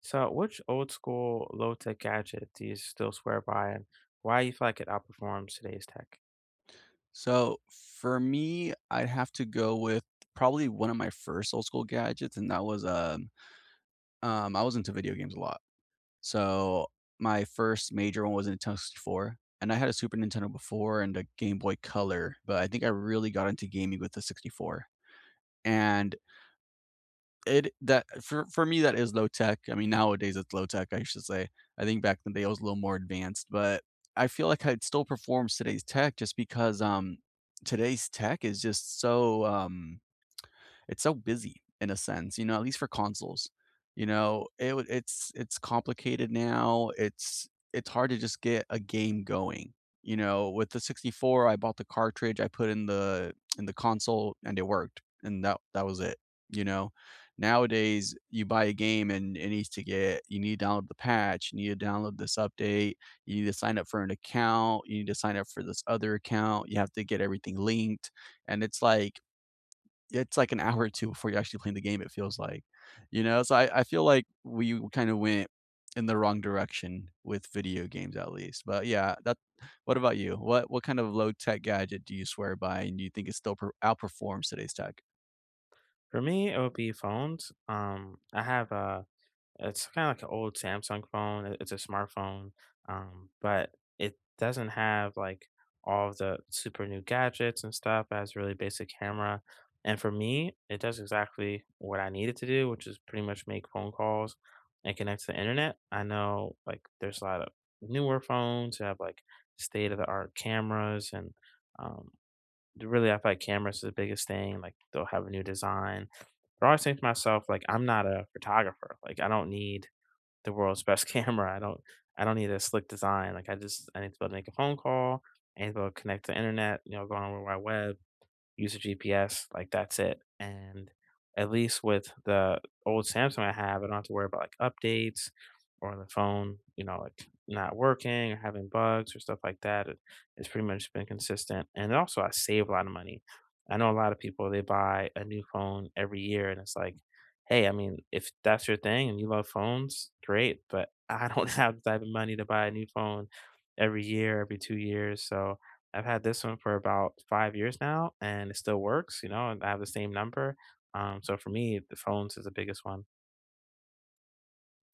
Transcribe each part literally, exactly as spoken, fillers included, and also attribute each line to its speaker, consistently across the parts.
Speaker 1: So, which old school low tech gadget do you still swear by, and why you feel like it outperforms today's tech?
Speaker 2: So for me, I'd have to go with probably one of my first old school gadgets, and that was um, um I was into video games a lot. So my first major one was a Nintendo sixty-four, and I had a Super Nintendo before and a Game Boy Color, but I think I really got into gaming with the sixty-four. And it that for for me that is low tech. I mean, nowadays it's low tech, I should say. I think back in the day it was a little more advanced, but I feel like I'd still performs today's tech just because um today's tech is just so um it's so busy in a sense, you know, at least for consoles. You know, it would it's it's complicated now. It's it's hard to just get a game going. You know, with the sixty-four, I bought the cartridge, I put in the in the console and it worked, and that that was it, you know? Nowadays, you buy a game and it needs to get you need to download the patch, you need to download this update, you need to sign up for an account, you need to sign up for this other account, you have to get everything linked, and it's like it's like an hour or two before you're actually playing the game, it feels like, you know? So I I feel like we kinda went in the wrong direction with video games at least, but yeah, that what about you? What what kind of low-tech gadget do you swear by and do you think it still per outperforms today's tech?
Speaker 1: For me, it would be phones. Um, I have a It's kinda like an old Samsung phone, I it's a smartphone, um, but it doesn't have, like, all of the super new gadgets and stuff, it has really basic camera, and for me, it does exactly what I need it to do, which is pretty much make phone calls and connect to the internet. I know, like, there's a lot of newer phones that have, like, state of the art cameras and, um, really, I feel like cameras are the biggest thing, like, they'll have a new design, but I think to myself, like, I'm not a photographer, like, I don't need the world's best camera. I don't I don't need a slick design. Like I just I need to be able to make a phone call, I need to be able to connect to the internet, you know, go on the World Wide Web use a G P S, like, that's it, and at least with the old Samsung I have, I don't have to worry about, like, updates or the phone, you know, like, not working or having bugs or stuff like that, it it's pretty much been consistent, and also I save a lot of money. I know a lot of people, they buy a new phone every year, and it's like, "Hey, I mean, if that's your thing and you love phones, great, but I don't have the type of money to buy a new phone every year, every two years," so I've had this one for about five years now, and it still works, you know, and I have the same number. Um, so for me, the phones is the biggest one.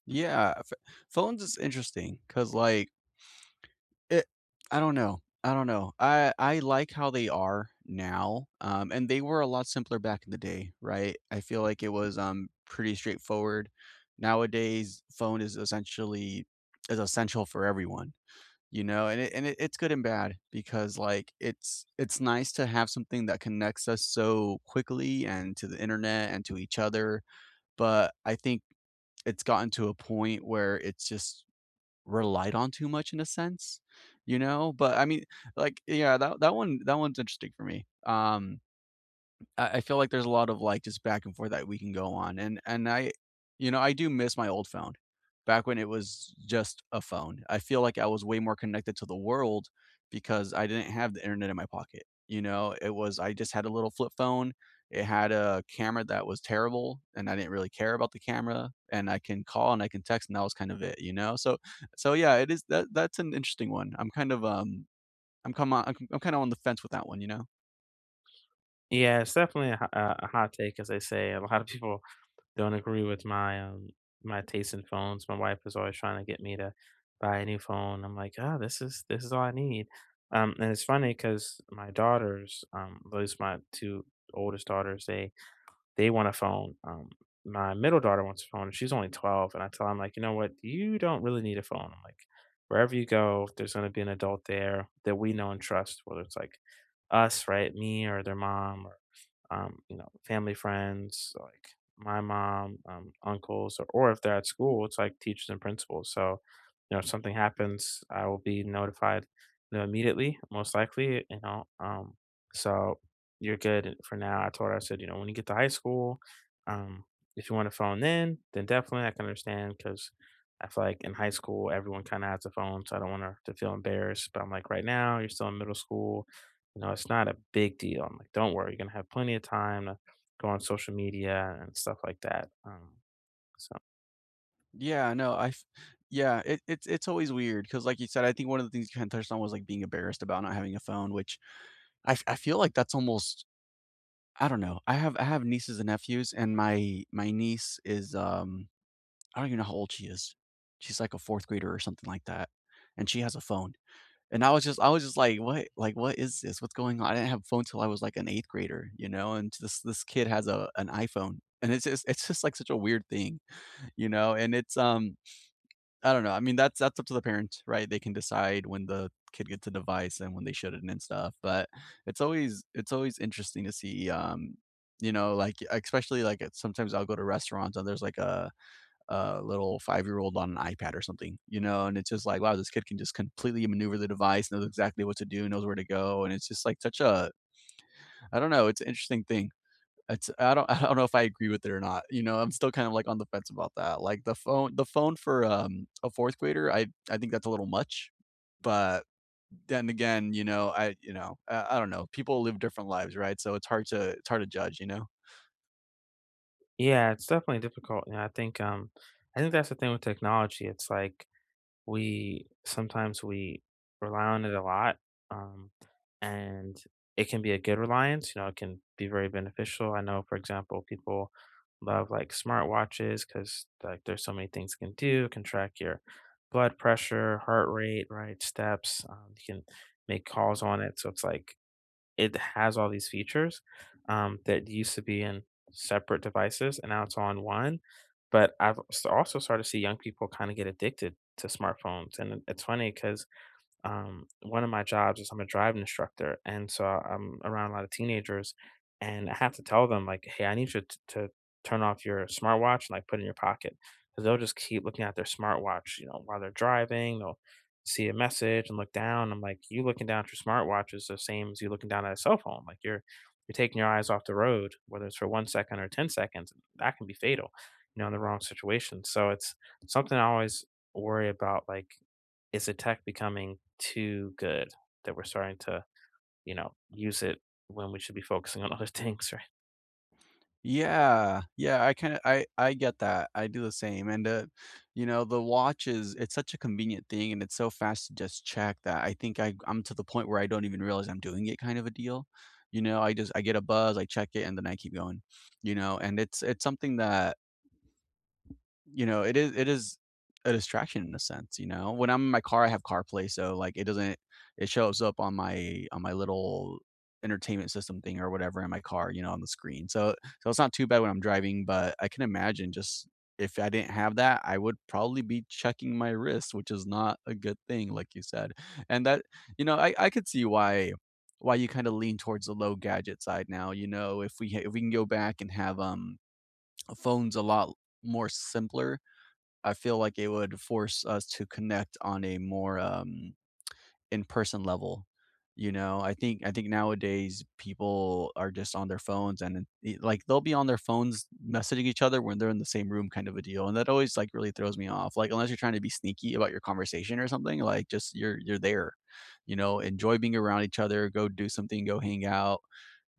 Speaker 2: Yeah, ph phones is interesting because like It I don't know, I don't know. I I like how they are now, um, and they were a lot simpler back in the day, right? I feel like it was, um, pretty straightforward. Nowadays, phone is essentially is essential for everyone, you know? And it and it it's good and bad because, like, it's it's nice to have something that connects us so quickly and to the internet and to each other, but I think it's gotten to a point where it's just relied on too much in a sense, you know? But I mean, like, yeah, that that one that one's interesting for me. Um, I I feel like there's a lot of, like, just back and forth that we can go on, and and I you know, I do miss my old phone, back when it was just a phone. I feel like I was way more connected to the world because I didn't have the internet in my pocket, you know? It was I just had a little flip phone, it had a camera that was terrible, and I didn't really care about the camera, and I can call and I can text, and that was kind of it, you know? So so yeah, it is that that's an interesting one. I'm kind of, um I'm come on I'm I'm kinda on the fence with that one, you know?
Speaker 1: Yeah, it's definitely a, ho- uh, a hot take, as they say. A lot of people don't agree with my um, my taste in phones. My wife is always trying to get me to buy a new phone. I'm like, oh, this is this is all I need. Um, and it's funny because my daughters, um, those my two oldest daughters, they they want a phone. Um, my middle daughter wants a phone. And She's only twelve. And I tell her, I'm like, you know what? You don't really need a phone. I'm like, wherever you go, there's going to be an adult there that we know and trust, whether it's like us, right? Me or their mom or, um, you know, family friends, like my mom, um, uncles, or, or if they're at school, it's like teachers and principals. So, you know, if something happens, I will be notified, you know, immediately, most likely, you know, um, so you're good for now. I told her, I said, you know, when you get to high school, um, if you want to phone in, then definitely I can understand because I feel like in high school everyone kind of has a phone, so I don't want her to feel embarrassed. But I'm like, right now you're still in middle school, you know, it's not a big deal. I'm like, don't worry, you're gonna have plenty of time to go on social media and stuff like that. Um, so
Speaker 2: Yeah, no, I f yeah, it it's it's always weird because, like you said, I think one of the things you kinda touched on was, like, being embarrassed about not having a phone, which I f I feel like that's almost I don't know. I have I have nieces and nephews, and my my niece is, um I don't even know how old she is. She's like a fourth grader or something like that, and she has a phone. And I was just I was just like, "What like, what is this? What's going on?" I didn't have a phone till I was, like, an eighth grader, you know, and this this kid has a an iPhone, and it's just it's just, like, such a weird thing, you know, and it's, um I don't know. I mean, that's that's up to the parent, right? They can decide when the kid gets a device and when they shouldn't and stuff. But it's always it's always interesting to see, um, you know, like especially like at, sometimes I'll go to restaurants and there's like a a little five year old on an iPad or something, you know, and it's just like wow, this kid can just completely maneuver the device, knows exactly what to do, knows where to go, and it's just like such a I don't know, it's an interesting thing. It's I don't I don't know if I agree with it or not, you know, I'm still kind of, like, on the fence about that, like, the phone the phone for, um, a fourth grader, I I think that's a little much, but then again, you know, I you know, I I don't know, people live different lives, right? So it's hard to it's hard to judge, you know?
Speaker 1: yeah, it's definitely difficult. And I think um, I think that's the thing with technology. It's like we sometimes we rely on it a lot, um, and it can be a good reliance. You know, it can be very beneficial. I know, for example, people love like smartwatches because like there's so many things it can do. It can track your blood pressure, heart rate, right, steps. Um, you can make calls on it, so it's like it has all these features um, that used to be in separate devices and now it's on one. But I've s- also started to see young people kind of get addicted to smartphones. And it- it's funny because um, one of my jobs is I'm a driving instructor, and so I'm around a lot of teenagers, and I have to tell them like, "Hey, I need you t- to turn off your smartwatch and like put it in your pocket," because they'll just keep looking at their smartwatch, you know, while they're driving. They'll see a message and look down. I'm like, "You looking down at your smartwatch is the same as you looking down at a cell phone. Like you're you're taking your eyes off the road, whether it's for one second or ten seconds. That can be fatal, you know, in the wrong situation. So it's something I always worry about, like is the tech becoming too good that we're starting to, you know, use it when we should be focusing on other things, right?
Speaker 2: Yeah, yeah, I kinda I I get that, I do the same, and, uh, you know, the watch is it's such a convenient thing, and it's so fast to just check that I think I I'm to the point where I don't even realize I'm doing it kind of a deal, you know, I just I get a buzz, I check it, and then I keep going, you know, and it's it's something that you know, it is it is a distraction in a sense, you know? When I'm in my car, I have CarPlay, so, like, it doesn't it shows up on my on my little entertainment system thing or whatever in my car, you know, on the screen. So so it's not too bad when I'm driving, but I can imagine just if I didn't have that, I would probably be checking my wrist, which is not a good thing, like you said. And that you know, I I could see why why you kinda lean towards the low gadget side now, you know? If we ha if we can go back and have, um, phones a lot more simpler I feel like it would force us to connect on a more, um, in-person level, you know? I think I think nowadays people are just on their phones and then e like, they'll be on their phones messaging each other when they're in the same room kind of a deal, and that always, like, really throws me off, like, unless you're trying to be sneaky about your conversation or something, like, just you're you're there, you know? Enjoy being around each other, go do something, go hang out.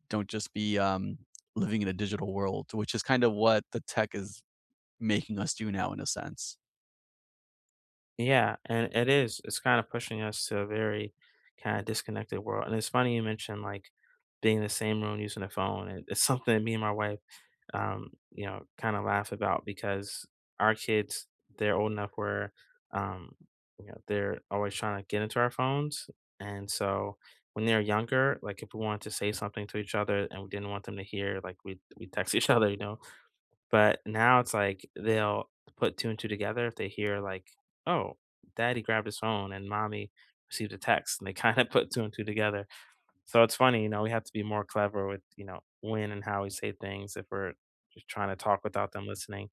Speaker 2: Don't just be, um, living in a digital world, which is kind of what the tech is making us do now in a sense.
Speaker 1: Yeah, and it is. It's kind of pushing us to a very kind of disconnected world. And it's funny you mentioned like being in the same room using a phone. And it's something that me and my wife um, you know, kind of laugh about because our kids, they're old enough where, um, you know, they're always trying to get into our phones. And so when they're younger, like if we wanted to say something to each other and we didn't want them to hear, like we we text each other, you know. But now it's like they'll put two and two together if they hear like, oh, daddy grabbed his phone and mommy received a text and they kind of put two and two together so it's funny, you know, we have to be more clever with, you know, when and how we say things if we're just trying to talk without them listening.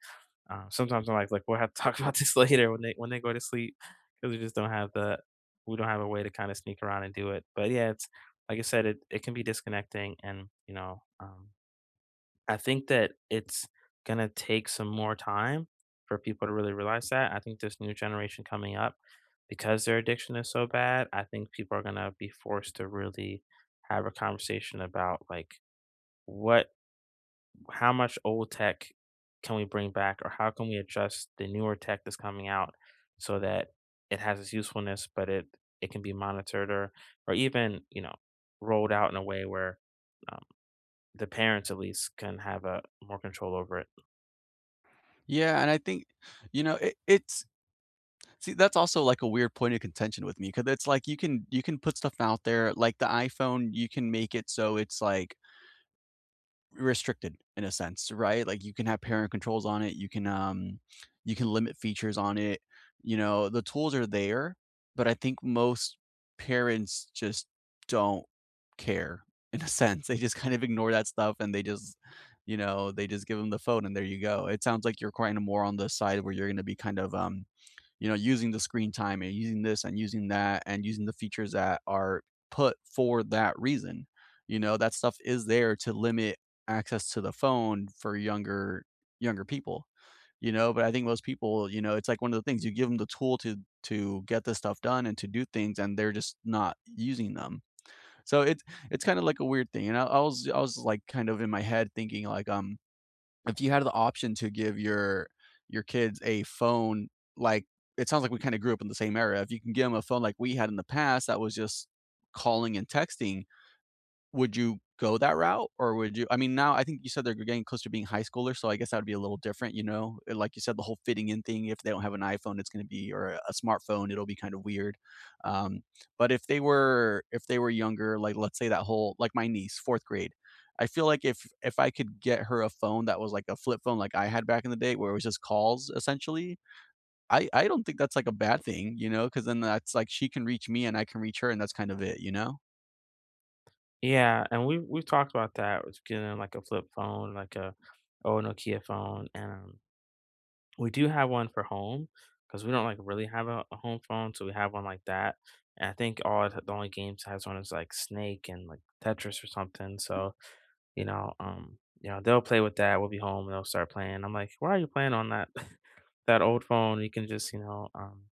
Speaker 1: Uh, sometimes I'm like, like we'll have to talk about this later when they when they go to sleep because we just don't have the we don't have a way to kind of sneak around and do it. But yeah, it's like I said, it it can be disconnecting, and you know, um, I think that it's gonna take some more time for people to really realize that. I think this new generation coming up, because their addiction is so bad, I think people are gonna be forced to really have a conversation about like what, how much old tech can we bring back, or how can we adjust the newer tech that's coming out so that it has its usefulness, but it it can be monitored or or even you know rolled out in a way where um, the parents at least can have a more control over it.
Speaker 2: Yeah, and I think, you know, it, it's see that's also like a weird point of contention with me because it's like you can you can put stuff out there like the iPhone, you can make it so it's like restricted in a sense, right? Like you can have parent controls on it, you can um you can limit features on it. You know, the tools are there, but I think most parents just don't care in a sense. They just kind of ignore that stuff and they just you know, they just give them the phone and there you go. It sounds like you're kind of more on the side where you're going to be kind of um you know, using the screen time and using this and using that and using the features that are put for that reason. You know, that stuff is there to limit access to the phone for younger younger people, you know, but I think most people, you know, it's like one of the things you give them the tool to to get this stuff done and to do things and they're just not using them. So it's it's kind of like a weird thing. And I, I was I was like kind of in my head thinking like, um, if you had the option to give your your kids a phone like it sounds like we kind of grew up in the same era. If you can give them a phone like we had in the past that was just calling and texting, would you go that route, or would you I mean, now I think you said they're getting close to being high schoolers, so I guess that would be a little different, you know? Uh, like you said, the whole fitting in thing, if they don't have an iPhone, it's gonna be or a a smartphone, it'll be kind of weird, um, but if they were if they were younger, like, let's say that whole like my niece, fourth grade, I feel like if if I could get her a phone that was like a flip phone like I had back in the day where it was just calls, essentially, I I don't think that's, like, a bad thing, you know, because then that's, like, she can reach me and I can reach her, and that's kind of it, you know?
Speaker 1: Yeah, and we we've talked about that with getting like a flip phone, like a old Nokia phone, and um, we do have one for home because we don't like really have a, a home phone, so we have one like that. And I think all it- the only games it has one is like Snake and like Tetris or something. So you know, um, you know they'll play with that. We'll be home and they'll start playing. I'm like, why are you playing on that that old phone? You can just you know um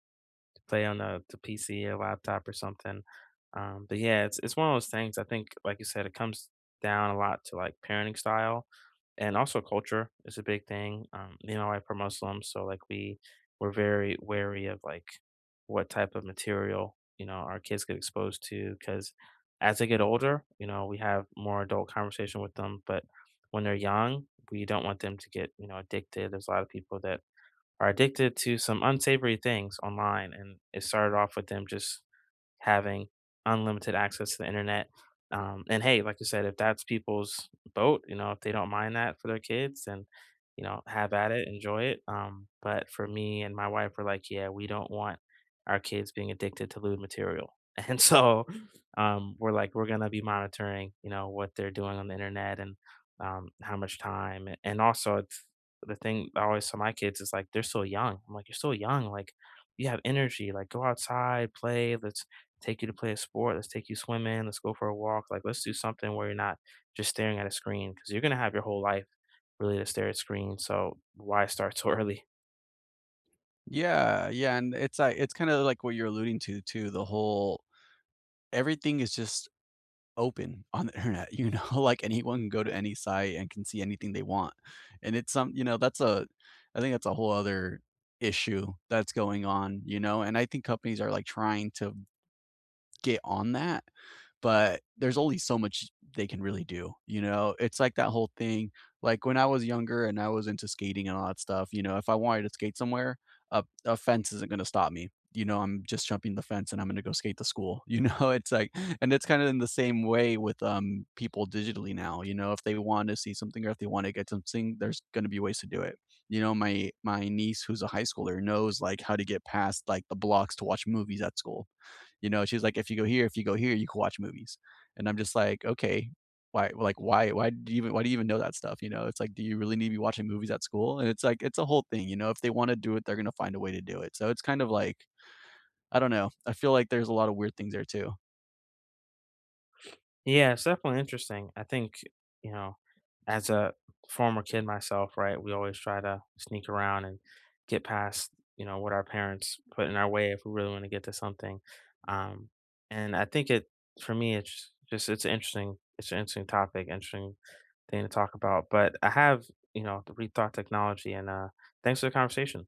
Speaker 1: to play on a the P C or laptop or something. Um, but yeah, it's it's one of those things. I think, like you said, it comes down a lot to like parenting style and also culture is a big thing. Um, you know, like for Muslims, so like we we're very wary of like what type of material you know our kids get exposed to because as they get older, you know, we have more adult conversation with them, but when they're young, we don't want them to get you know addicted. There's a lot of people that are addicted to some unsavory things online, and it started off with them just having unlimited access to the internet. Um, and hey, like you said, if that's people's boat, you know, if they don't mind that for their kids, then you know, have at it, enjoy it. Um, but for me and my wife, we're like, yeah, we don't want our kids being addicted to lewd material. And so um, we're like, we're gonna be monitoring, you know, what they're doing on the internet and um, how much time. a- And also, it's the thing I always tell my kids is like, they're so young. I'm like, you're so young. Like, you have energy. Like, go outside, play. Let's take you to play a sport. Let's take you swimming. Let's go for a walk. Like, let's do something where you're not just staring at a screen because you're going to have your whole life really to stare at screen. So why start so early?
Speaker 2: Yeah, yeah, and it's like it's kinda like what you're alluding to too, the whole everything is just open on the internet, you know, like, anyone can go to any site and can see anything they want, and it's some you know, that's a I think that's a whole other issue that's going on, you know, and I think companies are, like, trying to get on that but there's only so much they can really do, you know? It's like that whole thing, like, when I was younger and I was into skating and all that stuff, you know, if I wanted to skate somewhere, a a fence isn't gonna stop me, you know, I'm just jumping the fence and I'm gonna go skate to school, you know? It's like and it's kinda in the same way with, um, people digitally now, you know? If they wanna see something or if they wanna get something, there's gonna be ways to do it. You know, my my niece who's a high schooler knows, like, how to get past, like, the blocks to watch movies at school. You know, she's like, if you go here, if you go here, you can watch movies. And I'm just like, okay, why, like, why, why do you even, why do you even know that stuff? You know, it's like, do you really need to be watching movies at school? And it's like, it's a whole thing. You know, if they want to do it, they're going to find a way to do it. So it's kind of like, I don't know. I feel like there's a lot of weird things there too.
Speaker 1: Yeah, it's definitely interesting. I think, you know, as a former kid myself, right, we always try to sneak around and get past, you know, what our parents put in our way if we really want to get to something. Um, and I think it, for me, it's just, it's interesting. It's an interesting topic, interesting thing to talk about. But I have, you know, rethought technology and uh, thanks for the conversation.